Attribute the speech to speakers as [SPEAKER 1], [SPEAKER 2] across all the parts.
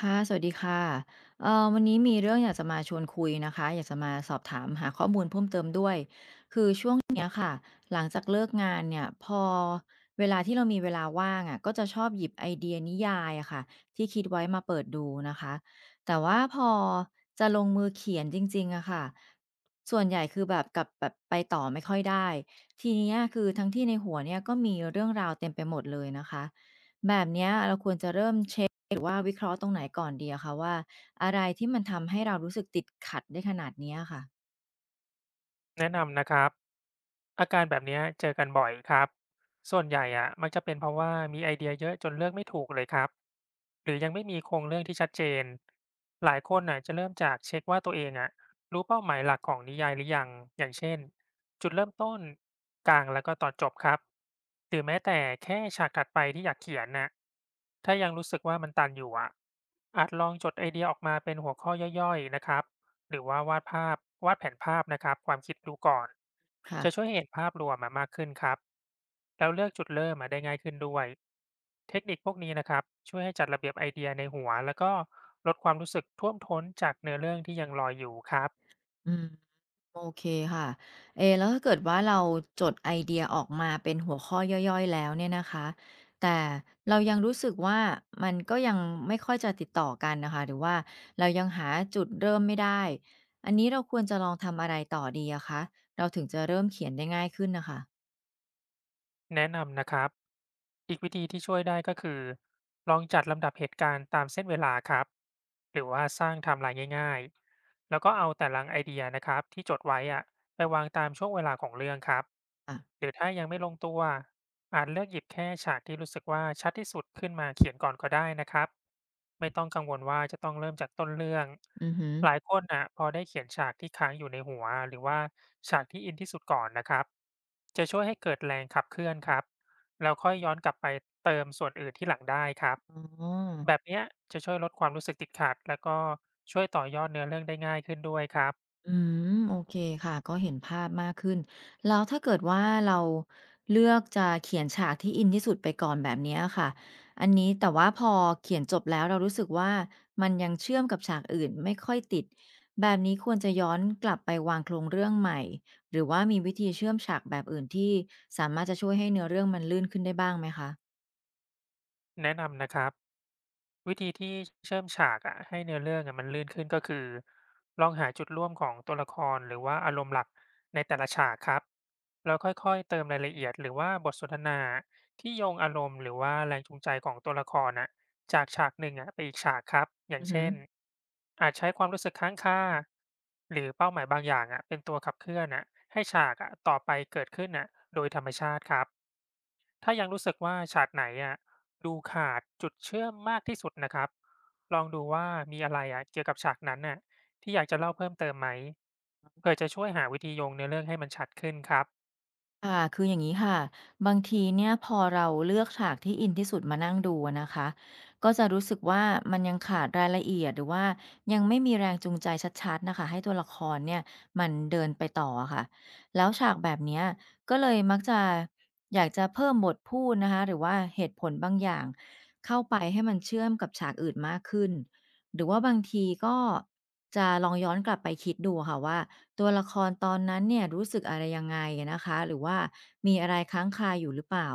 [SPEAKER 1] ค่ะสวัสดีค่ะวันนี้มีเรื่องอยากจะมาชวนคุยนะคะอยากจะมาสอบถามหาข้อมูลเพิ่มเติมด้วยหลังจากเลิกงานเนี่ยพอเวลาที่เรามีเวลาว่างอะก็จะชอบหยิบไอเดียนิยายอะค่ะที่คิดไว้มาเปิดดูนะคะแต่ว่าพอจะลงมือเขียนจริงๆอะค่ะส่วนใหญ่คือแบบกับแบบไปต่อไม่ค่อยได้ทีเนี้ยคือทั้งที่ในหัวเนี่ยก็มีเรื่องราวเต็มไปหมดเลยนะคะ หรือว่าวิเคราะห์ตรงไหนก่อนดีอะคะว่าอะไรที่มันทำให้เรารู้สึกติดขัดได้ขนาดเนี้ยค่ะ
[SPEAKER 2] แนะนำนะครับอาการแบบเนี้ยเจอกันบ่อยครับส่วนใหญ่อะมักจะเป็นเพราะว่ามีไอเดียเยอะจนเลือกไม่ถูกเลยครับหรือยังไม่มีโครงเรื่องที่ชัดเจนหลายคนน่ะจะเริ่มจากเช็คว่าตัวเองอะรู้เป้าหมายหลักของนิยายหรือยังอย่างเช่นจุดเริ่มต้นกลางแล้วก็ตอนจบครับหรือแม้แต่แค่ฉากถัดไปที่อยากเขียนน่ะถ้ายังรู้สึกว่ามันตันอยู่อะอาจลองจดไอเดียออกมาเป็นหัวข้อย่อยๆนะครับ หรือว่าวาดภาพวาดแผนภาพนะครับความคิดดูก่อน
[SPEAKER 1] ค่ะ
[SPEAKER 2] จะช่วยให้เห็นภาพรวมมามากขึ้นครับแล้วเลือกจุดเริ่มมาได้ง่ายขึ้นด้วยเทคนิคพวกนี้นะครับช่วยให้จัดระเบียบไอเดียในหัวแล้วก็ลดความรู้สึกท่วมท้นจากเนื้อเรื่องที่ยังลอยอยู่ครับ
[SPEAKER 1] อืมโอเคค่ะเอแล้วถ้าเกิดว่าเราจดไอเดียออกมาเป็นหัวข้อย่อยๆแล้วเนี่ยนะคะแต่เรายังรู้สึกว่ามันก็ยังไม่ค่อยจะติดต่อกันน่ะค่ะหรือว่าเรายังหาจุดเริ่มไม่ได้อันนี้เราควรจะลองทำอะไรต่อดีอะคะเราถึงจะเริ่มเขียนได้ง่ายขึ้นน่ะค่ะ
[SPEAKER 2] แนะนำนะครับอีกวิธีที่ช่วยได้ก็คือลองจัดลำดับเหตุการณ์ตามเส้นเวลาครับหรือว่าสร้างไทม์ไลน์ง่ายๆแล้วก็เอาแต่ละไอเดียนะครับที่จดไว้อะ ไปวางตามช่วงเวลาของเรื่องครับ
[SPEAKER 1] ค่ะ
[SPEAKER 2] หรือถ้ายังไม่ลงตัวอาจเลือกหยิบแค่ฉากที่รู้สึกว่าชัดที่สุดขึ้นมาเขียนก่อนก็ได้นะครับไม่ต้องกังวลว่าจะต้องเริ่มจากต้นเรื่อง
[SPEAKER 1] อือฮึ
[SPEAKER 2] หลายคนน่ะพอได้เขียนฉากที่ค้างอยู่ในหัวหรือว่าฉากที่อินที่สุดก่อนนะครับจะช่วยให้เกิดแรงขับเคลื่อนครับแล้วค่อยย้อนกลับไปเติมส่วนอื่นที่หลังได้ครับ
[SPEAKER 1] อ๋
[SPEAKER 2] แบ
[SPEAKER 1] อ
[SPEAKER 2] บเนี้ยจะช่วยลดความรู้สึกติดขัดแล้วก็ช่วยต่อยอดเนื้อเรื่องได้ง่ายขึ้นด้วยครับ
[SPEAKER 1] อืมโอเคค่ะก็เห็นภาพมากขึ้นแล้วถ้าเกิดว่าเราเลือกจะเขียนฉากที่อินที่สุดไปก่อนแบบเนี้ยค่ะอันนี้แต่ว่าพอเขียนจบแล้วเรารู้สึกว่ามันยังเชื่อมกับฉากอื่นไม่ค่อยติดแบบนี้ควรจะย้อนกลับไปวางโครงเรื่องใหม่หรือว่ามีวิธีเชื่อมฉากแบบอื่นที่สามารถจะช่วยให้เนื้อเรื่องมันลื่นขึ้นได้บ้างไหมคะ
[SPEAKER 2] แนะนำนะครับ วิธีที่เชื่อมฉากอะให้เนื้อเรื่องอะมันลื่นขึ้นก็คือลองหาจุดร่วมของตัวละครหรือว่าอารมณ์หลักในแต่ละฉากครับแล้วค่อยๆเติมรายละเอียดหรือว่าบทสนทนาที่โยงอารมณ์หรือว่าแรงจูงใจของตัวละครนะจากฉากหนึ่งอะไปอีกฉากครับอย่า
[SPEAKER 1] อื
[SPEAKER 2] ง
[SPEAKER 1] อฮึ
[SPEAKER 2] เช่นอาจใช้ความรู้สึกค้างคาหรือเป้าหมายบางอย่างอะเป็นตัวขับเคลื่อนอะให้ฉากอะต่อไปเกิดขึ้นอะโดยธรรมชาติครับ ถ้ายังรู้สึกว่าฉากไหนอะดูขาดจุดเชื่อมมากที่สุดนะครับลองดูว่ามีอะไรอะเกี่ยวกับฉากนั้นน่ะที่อยากจะเล่าเพิ่มเติมไหมเพื่อจะช่วยหาวิธีโยงเนื้อเรื่องให้มันชัดขึ้นครับ
[SPEAKER 1] ค่ะคืออย่างนี้ค่ะบางทีเนี่ยพอเราเลือกฉากที่อินที่สุดมานั่งดูอะนะคะก็จะรู้สึกว่ามันยังขาดรายละเอียดหรือว่ายังไม่มีแรงจูงใจชัดๆนะคะให้ตัวละครเนี่ยมันเดินไปต่ออะค่ะแล้วฉากแบบเนี้ยก็เลยมักจะอยากจะเพิ่มบทพูดนะคะหรือว่าเหตุผลบางอย่างเข้าไปให้มันเชื่อมกับฉากอื่นมากขึ้น หรือว่าบางทีก็จะลองย้อนกลับไปคิดดูค่ะว่าตัวละครตอนนั้นเนี่ยรู้สึกอะไรยังไงอะนะคะหรือว่ามีอะไรค้างคาอยู่หรือเปล่า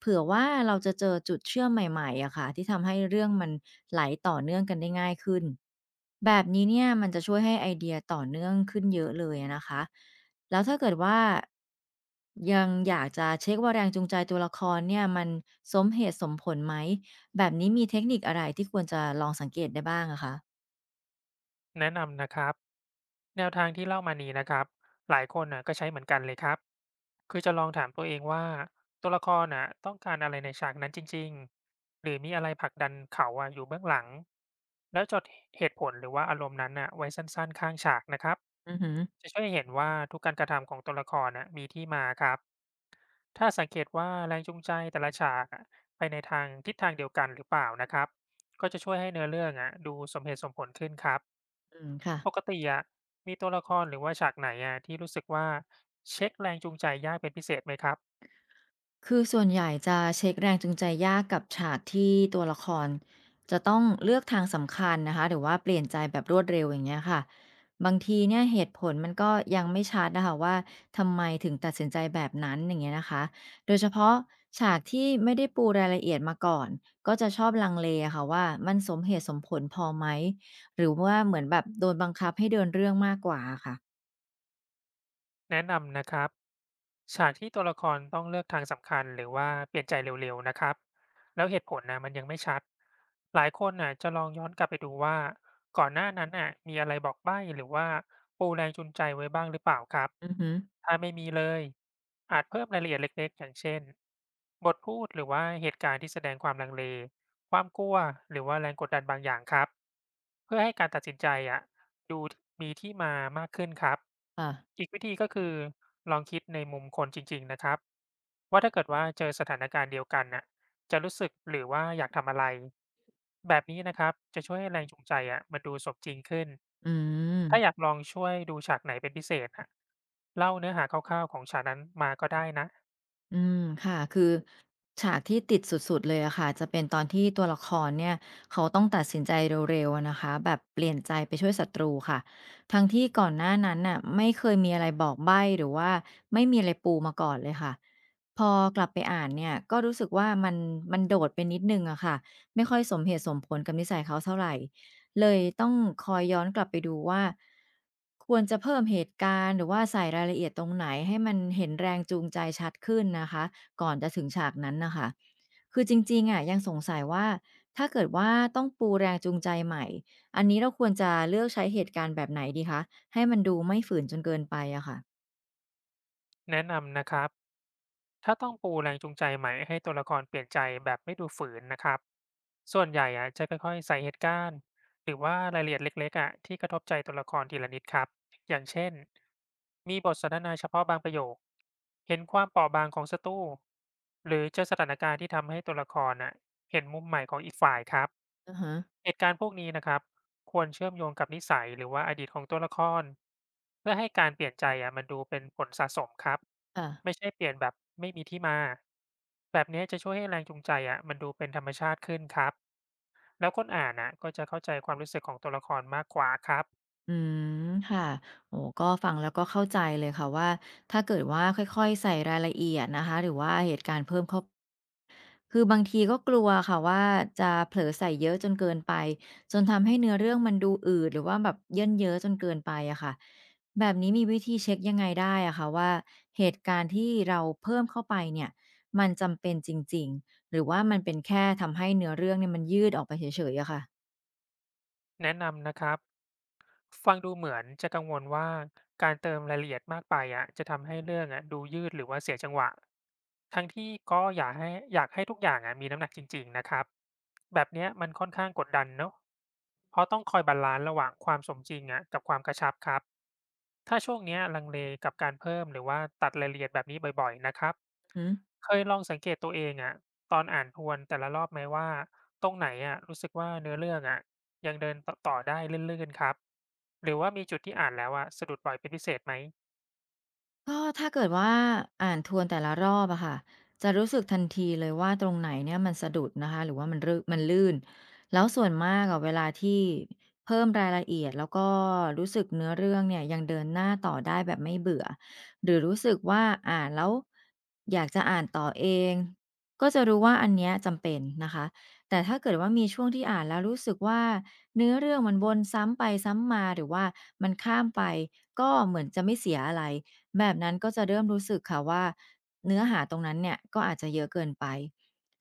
[SPEAKER 1] เผื่อว่าเราจะเจอจุดเชื่อมใหม่ๆอะค่ะที่ทำให้เรื่องมันไหลต่อเนื่องกันได้ง่ายขึ้นแบบนี้เนี่ยมันจะช่วยให้ไอเดียต่อเนื่องขึ้นเยอะเลยอะนะคะแล้วถ้าเกิดว่ายังอยากจะเช็คว่าแรงจูงใจตัวละครเนี่ยมันสมเหตุสมผลไหม แบบนี้มีเทคนิคอะไรที่ควรจะลองสังเกตได้บ้างอะคะ
[SPEAKER 2] แนะนำนะครับแนวทางที่เล่ามานี้นะครับหลายคนน่ะก็ใช้เหมือนกันเลยครับคือจะลองถามตัวเองว่าตัวละครน่ะต้องการอะไรในฉากนั้นจริงๆหรือมีอะไรผลักดันเขาอะอยู่เบื้องหลังแล้วจดเหตุผลหรือว่าอารมณ์นั้นน่ะไว้สั้นๆข้างฉากนะครับ
[SPEAKER 1] อือฮึ
[SPEAKER 2] จะช่วยให้เห็นว่าทุกการกระทำของตัวละครน่ะมีที่มาครับถ้าสังเกตว่าแรงจูงใจแต่ละฉากอะไปในทางทิศทางเดียวกันหรือเปล่านะครับก็จะช่วยให้เนื้อเรื่องอะดูสมเหตุสมผลขึ้นครับ
[SPEAKER 1] อืมค่ะ
[SPEAKER 2] ปกติอะมีตัวละครหรือว่าฉากไหนอะที่รู้สึกว่าเช็คแรงจูงใจยากเป็นพิเศษไหมครับ
[SPEAKER 1] คือส่วนใหญ่จะเช็กแรงจูงใจยากกับฉากที่ตัวละครจะต้องเลือกทางสำคัญนะคะหรือว่าเปลี่ยนใจแบบรวดเร็วอย่างเงี้ยค่ะบางทีเนี่ยเหตุผลมันก็ยังไม่ชัดอะค่ะว่าทำไมถึงตัดสินใจแบบนั้นอย่างเงี้ยนะคะโดยเฉพาะฉากที่ไม่ได้ปูรายละเอียดมาก่อนก็จะชอบลังเลอะค่ะว่ามันสมเหตุสมผลพอไหมหรือว่าเหมือนแบบโดนบังคับให้เดินเรื่องมากกว่าอะค่ะ
[SPEAKER 2] แนะนำนะครับ ฉากที่ตัวละครต้องเลือกทางสำคัญหรือว่าเปลี่ยนใจเร็วๆนะครับแล้วเหตุผลนะมันยังไม่ชัดหลายคนน่ะจะลองย้อนกลับไปดูว่าก่อนหน้านั้นน่ะมีอะไรบอกใบ้หรือว่าปูแรงจูงใจไว้บ้างหรือเปล่าครับ
[SPEAKER 1] อือฮึ
[SPEAKER 2] ถ้าไม่มีเลยอาจเพิ่มรายละเอียดเล็กๆอย่างเช่นบทพูดหรือว่าเหตุการณ์ที่แสดงความลังเลความกลัวหรือว่าแรงกดดันบางอย่างครับเพื่อให้การตัดสินใจอะ ดูมีที่มามากขึ้นครับ
[SPEAKER 1] ค่ะ
[SPEAKER 2] อีกวิธีก็คือลองคิดในมุมคนจริงๆนะครับว่าถ้าเกิดว่าเจอสถานการณ์เดียวกันน่ะจะรู้สึกหรือว่าอยากทำอะไรแบบนี้นะครับจะช่วยให้แรงจูงใจอะมันดูสมจริงขึ้น
[SPEAKER 1] อืม
[SPEAKER 2] ถ้าอยากลองช่วยดูฉากไหนเป็นพิเศษอะเล่าเนื้อหาคร่าวๆของฉากนั้นมาก็ได้นะ
[SPEAKER 1] อืมค่ะคือฉากที่ติดสุดๆเลยอะค่ะจะเป็นตอนที่ตัวละครเนี่ยเขาต้องตัดสินใจเร็วๆอะนะคะแบบเปลี่ยนใจไปช่วยศัตรูค่ะทั้งที่ก่อนหน้านั้นน่ะไม่เคยมีอะไรบอกใบ้หรือว่าไม่มีอะไรปูมาก่อนเลยค่ะ พอกลับไปอ่านเนี่ยก็รู้สึกว่ามันมันโดดไปนิดหนึ่งอะค่ะไม่ค่อยสมเหตุสมผลกับนิสัยเขาเท่าไร เลยต้องคอยย้อนกลับไปดูว่าควรจะเพิ่มเหตุการณ์หรือว่าใส่รายละเอียดตรงไหนให้มันเห็นแรงจูงใจชัดขึ้นนะคะก่อนจะถึงฉากนั้นน่ะค่ะคือจริงๆอะยังสงสัยว่าถ้าเกิดว่าต้องปูแรงจูงใจใหม่อันนี้เราควรจะเลือกใช้เหตุการณ์แบบไหนดีคะให้มันดูไม่ฝืนจนเกินไปอะค่ะ
[SPEAKER 2] แนะนำนะครับ ถ้าต้องปูแรงจูงใจใหม่ให้ตัวละครเปลี่ยนใจแบบไม่ดูฝืนนะครับส่วนใหญ่อะจะค่อยๆใส่เหตุการณ์หรือว่ารายละเอียดเล็กๆอะที่กระทบใจตัวละครทีละนิดครับอย่างเช่นมีบทสนทนาเฉพาะบางประโยค เห็นความเปราะบางของศัตรูหรือเจอสถานการณ์ที่ทำให้ตัวละครอะเห็นมุมใหม่ของอีกฝ่ายครับ
[SPEAKER 1] อะฮะ
[SPEAKER 2] เหตุการณ์พวกนี้นะครับควรเชื่อมโยงกับนิสัยหรือว่าอดีตของตัวละครเพื่อให้การเปลี่ยนใจอ่ะมันดูเป็นผลสะสมครับ
[SPEAKER 1] ค่ะ
[SPEAKER 2] ไม่ใช่เปลี่ยนแบบไม่มีที่มาแบบนี้จะช่วยให้แรงจูงใจอ่ะมันดูเป็นธรรมชาติขึ้นครับแล้วคนอ่านอ่ะก็จะเข้าใจความรู้สึกของตัวละครมากกว่าครับ
[SPEAKER 1] อืมค่ะโอ้โฮก็ฟังแล้วก็เข้าใจเลยค่ะว่าถ้าเกิดว่าค่อยๆใส่รายละเอียดนะคะหรือว่าเหตุการณ์เพิ่มเข้า คือบางทีก็กลัวค่ะว่าจะเผลอใส่เยอะจนเกินไปจนทำให้เนื้อเรื่องมันดูอืดหรือว่าแบบเยินเย้อจนเกินไปอะค่ะแบบนี้มีวิธีเช็คยังไงได้อะคะว่าเหตุการณ์ที่เราเพิ่มเข้าไปเนี่ยมันจำเป็นจริงๆหรือว่ามันเป็นแค่ทำให้เนื้อเรื่องเนี่ยมันยืดออกไปเฉยๆอะค่ะ
[SPEAKER 2] แนะนำนะครับฟังดูเหมือนจะกังวลว่าการเติมรายละเอียดมากไปอะจะทำให้เรื่องอะดูยืดหรือว่าเสียจังหวะทั้งที่ก็อยากให้ทุกอย่างอะมีน้ำหนักจริงๆนะครับแบบเนี้ยมันค่อนข้างกดดันเนาะเพราะต้องคอยบาลานซ์ระหว่างความสมจริงอะกับความกระชับครับ ถ้าช่วงเนี้ยลังเลกับการเพิ่มหรือว่าตัดรายละเอียดแบบนี้บ่อยๆนะครับ
[SPEAKER 1] อืม
[SPEAKER 2] เคยลองสังเกตตัวเองอะตอนอ่านทวนแต่ละรอบไหมว่าตรงไหนอะรู้สึกว่าเนื้อเรื่องอะยังเดินต่อได้ลื่นๆครับหรือว่ามีจุดที่อ่านแล้วอะสะดุดบ่อยเป็นพิเศษไหม
[SPEAKER 1] ก็ถ้าเกิดว่าอ่านทวนแต่ละรอบอะค่ะจะรู้สึกทันทีเลยว่าตรงไหนเนี่ยมันสะดุดนะคะหรือว่ามันลื่นแล้วส่วนมากอะเวลาที่เพิ่มรายละเอียดแล้วก็รู้สึกเนื้อเรื่องเนี่ยยังเดินหน้าต่อได้แบบไม่เบื่อหรือรู้สึกว่าอ่านแล้วอยากจะอ่านต่อเองก็จะรู้ว่าอันเนี้ยจำเป็นนะคะแต่ถ้าเกิดว่ามีช่วงที่อ่านแล้วรู้สึกว่าเนื้อเรื่องมันวนซ้ำไปซ้ำมาหรือว่ามันข้ามไปก็เหมือนจะไม่เสียอะไร แบบนั้นก็จะเริ่มรู้สึกค่ะว่าเนื้อหาตรงนั้นเนี่ยก็อาจจะเยอะเกินไป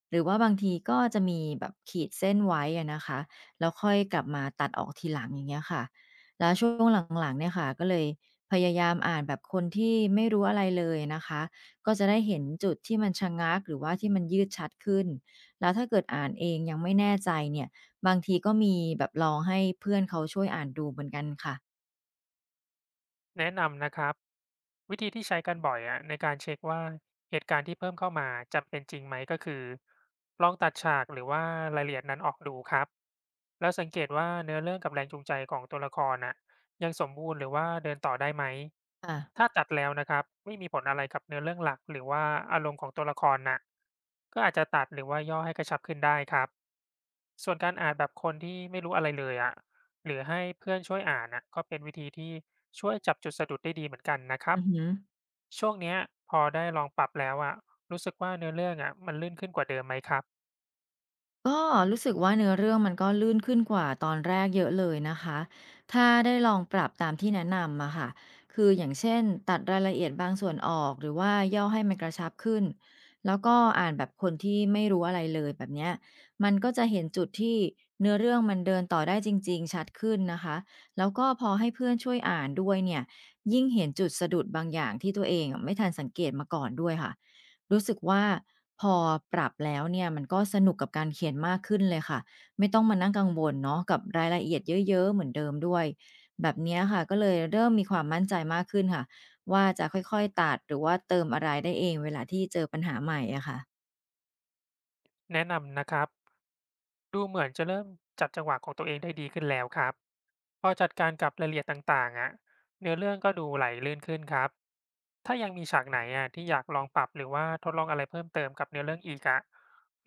[SPEAKER 1] หรือว่าบางทีก็จะมีแบบขีดเส้นไว้อะนะคะแล้วค่อยกลับมาตัดออกทีหลังอย่างเงี้ยค่ะแล้วช่วงหลังๆเนี่ยค่ะก็เลยพยายามอ่านแบบคนที่ไม่รู้อะไรเลยนะคะก็จะได้เห็นจุดที่มันชะงักหรือว่าที่มันยืดชัดขึ้นแล้วถ้าเกิดอ่านเองยังไม่แน่ใจเนี่ยบางทีก็มีแบบลองให้เพื่อนเขาช่วยอ่านดูเหมือนกันค่ะ
[SPEAKER 2] แนะนำนะครับวิธีที่ใช้กันบ่อยอะในการเช็คว่าเหตุการณ์ที่เพิ่มเข้ามาจำเป็นจริงไหมก็คือลองตัดฉากหรือว่ารายละเอียดนั้นออกดูครับแล้วสังเกตว่าเนื้อเรื่องกับแรงจูงใจของตัวละครน่ะยังสมบูรณ์หรือว่าเดินต่อได้ไหม
[SPEAKER 1] ค่ะ
[SPEAKER 2] ถ้าตัดแล้วนะครับไม่มีผลอะไรกับเนื้อเรื่องหลักหรือว่าอารมณ์ของตัวละครน่ะก็อาจจะตัดหรือว่าย่อให้กระชับขึ้นได้ครับส่วนการอ่านแบบคนที่ไม่รู้อะไรเลยอะหรือให้เพื่อนช่วยอ่านอะก็เป็นวิธีที่ ช่วยจับจุดสะดุดได้ดีเหมือนกันนะครั
[SPEAKER 1] อื
[SPEAKER 2] บ
[SPEAKER 1] อฮึ
[SPEAKER 2] ช่วงเนี้ยพอได้ลองปรับแล้วอะรู้สึกว่าเนื้อเรื่องอะมันลื่นขึ้นกว่าเดิมไหมครับ
[SPEAKER 1] ก็รู้สึกว่าเนื้อเรื่องมันก็ลื่นขึ้นกว่าตอนแรกเยอะเลยนะคะถ้าได้ลองปรับตามที่แนะนำมาค่ะคืออย่างเช่นตัดรายละเอียดบางส่วนออกหรือว่าย่อให้มันกระชับขึ้น แล้วก็อ่านแบบคนที่ไม่รู้อะไรเลยแบบเนี้ยมันก็จะเห็นจุดที่เนื้อเรื่องมันเดินต่อได้จริงๆชัดขึ้นนะคะแล้วก็พอให้เพื่อนช่วยอ่านด้วยเนี่ยยิ่งเห็นจุดสะดุดบางอย่างที่ตัวเองอะไม่ทันสังเกตมาก่อนด้วยค่ะ รู้สึกว่าพอปรับแล้วเนี่ยมันก็สนุกกับการเขียนมากขึ้นเลยค่ะไม่ต้องมานั่งกังวลเนาะกับรายละเอียดเยอะๆเหมือนเดิมด้วยแบบเนี้ยค่ะก็เลยเริ่มมีความมั่นใจมากขึ้นค่ะว่าจะค่อยๆตัดหรือว่าเติมอะไรได้เองเวลาที่เจอปัญหาใหม่อะค่ะ
[SPEAKER 2] แนะนำนะครับดูเหมือนจะเริ่มจับจังหวะของตัวเองได้ดีขึ้นแล้วครับพอจัดการกับรายละเอียดต่างๆอะเนื้อเรื่องก็ดูไหลลื่นขึ้นครับถ้ายังมีฉากไหนอะที่อยากลองปรับหรือว่าทดลองอะไรเพิ่มเติมกับเนื้อเรื่องอีกอะ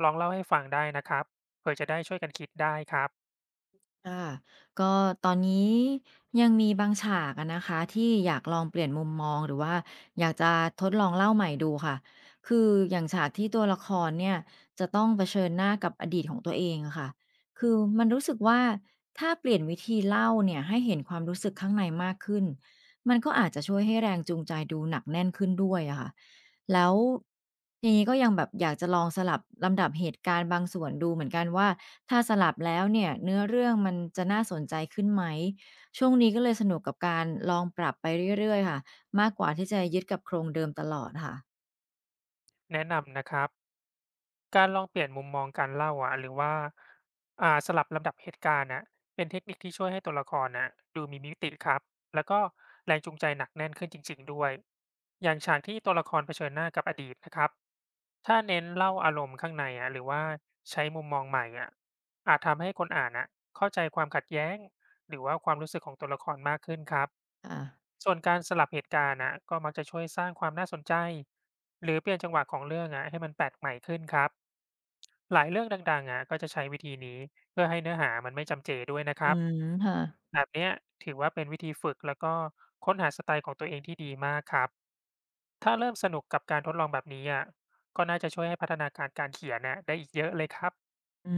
[SPEAKER 2] ลองเล่าให้ฟังได้นะครับเพื่อจะได้ช่วยกันคิดได้ครับ
[SPEAKER 1] ค่ะก็ตอนนี้ยังมีบางฉากอะนะคะที่อยากลองเปลี่ยนมุมมองหรือว่าอยากจะทดลองเล่าใหม่ดูค่ะคืออย่างฉากที่ตัวละครเนี่ยจะต้องเผชิญหน้ากับอดีตของตัวเองอะค่ะคือมันรู้สึกว่าถ้าเปลี่ยนวิธีเล่าเนี่ยให้เห็นความรู้สึกข้างในมากขึ้นมันก็อาจจะช่วยให้แรงจูงใจดูหนักแน่นขึ้นด้วยอะค่ะ แล้วทีนี้ก็ยังแบบอยากจะลองสลับลำดับเหตุการณ์บางส่วนดูเหมือนกันว่าถ้าสลับแล้วเนี่ยเนื้อเรื่องมันจะน่าสนใจขึ้นไหมช่วงนี้ก็เลยสนุกกับการลองปรับไปเรื่อยๆค่ะมากกว่าที่จะยึดกับโครงเดิมตลอดค่ะ
[SPEAKER 2] แนะนำนะครับ การลองเปลี่ยนมุมมองการเล่าอะหรือว่าสลับลำดับเหตุการณ์น่ะเป็นเทคนิคที่ช่วยให้ตัวละครน่ะดูมีมิติครับแล้วก็แรงจูงใจหนักแน่นขึ้นจริงๆด้วยอย่างฉากที่ตัวละครเผชิญหน้ากับอดีตนะครับถ้าเน้นเล่าอารมณ์ข้างในอะหรือว่าใช้มุมมองใหม่อะอาจทำให้คนอ่านอะเข้าใจความขัดแย้งหรือว่าความรู้สึกของตัวละครมากขึ้นครับ
[SPEAKER 1] ค่ะ
[SPEAKER 2] ส่วนการสลับเหตุการณ์นะก็มักจะช่วยสร้างความน่าสนใจหรือเปลี่ยนจังหวะของเรื่องอะให้มันแปลกใหม่ขึ้นครับ หลายเรื่องดังๆอะก็จะใช้วิธีนี้เพื่อให้เนื้อหามันไม่จำเจด้วยนะค
[SPEAKER 1] อื
[SPEAKER 2] รับ
[SPEAKER 1] มค่ะ
[SPEAKER 2] แบบเนี้ยถือว่าเป็นวิธีฝึกแล้วก็ค้นหาสไตล์ของตัวเองที่ดีมากครับถ้าเริ่มสนุกกับการทดลองแบบนี้อะก็น่าจะช่วยให้พัฒนาการการเขียนน่ะได้อีกเยอะเลยครับ
[SPEAKER 1] อื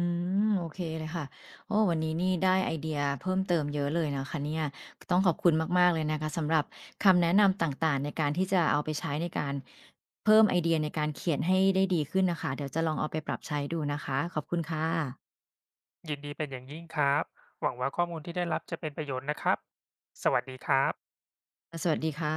[SPEAKER 1] มโอเคเลยค่ะโอ้วันนี้นี่ได้ไอเดียเพิ่มเติมเยอะเลยนะคะเนี่ยต้องขอบคุณมากๆเลยนะคะสำหรับคำแนะนำต่างๆในการที่จะเอาไปใช้ในการเพิ่มไอเดียในการเขียนให้ได้ดีขึ้นนะคะเดี๋ยวจะลองเอาไปปรับใช้ดูนะคะขอบคุณค่ะ
[SPEAKER 2] ยินดีเป็นอย่างยิ่งครับหวังว่าข้อมูลที่ได้รับจะเป็นประโยชน์นะครับสวัสดีครับ
[SPEAKER 1] สวัสดีค่ะ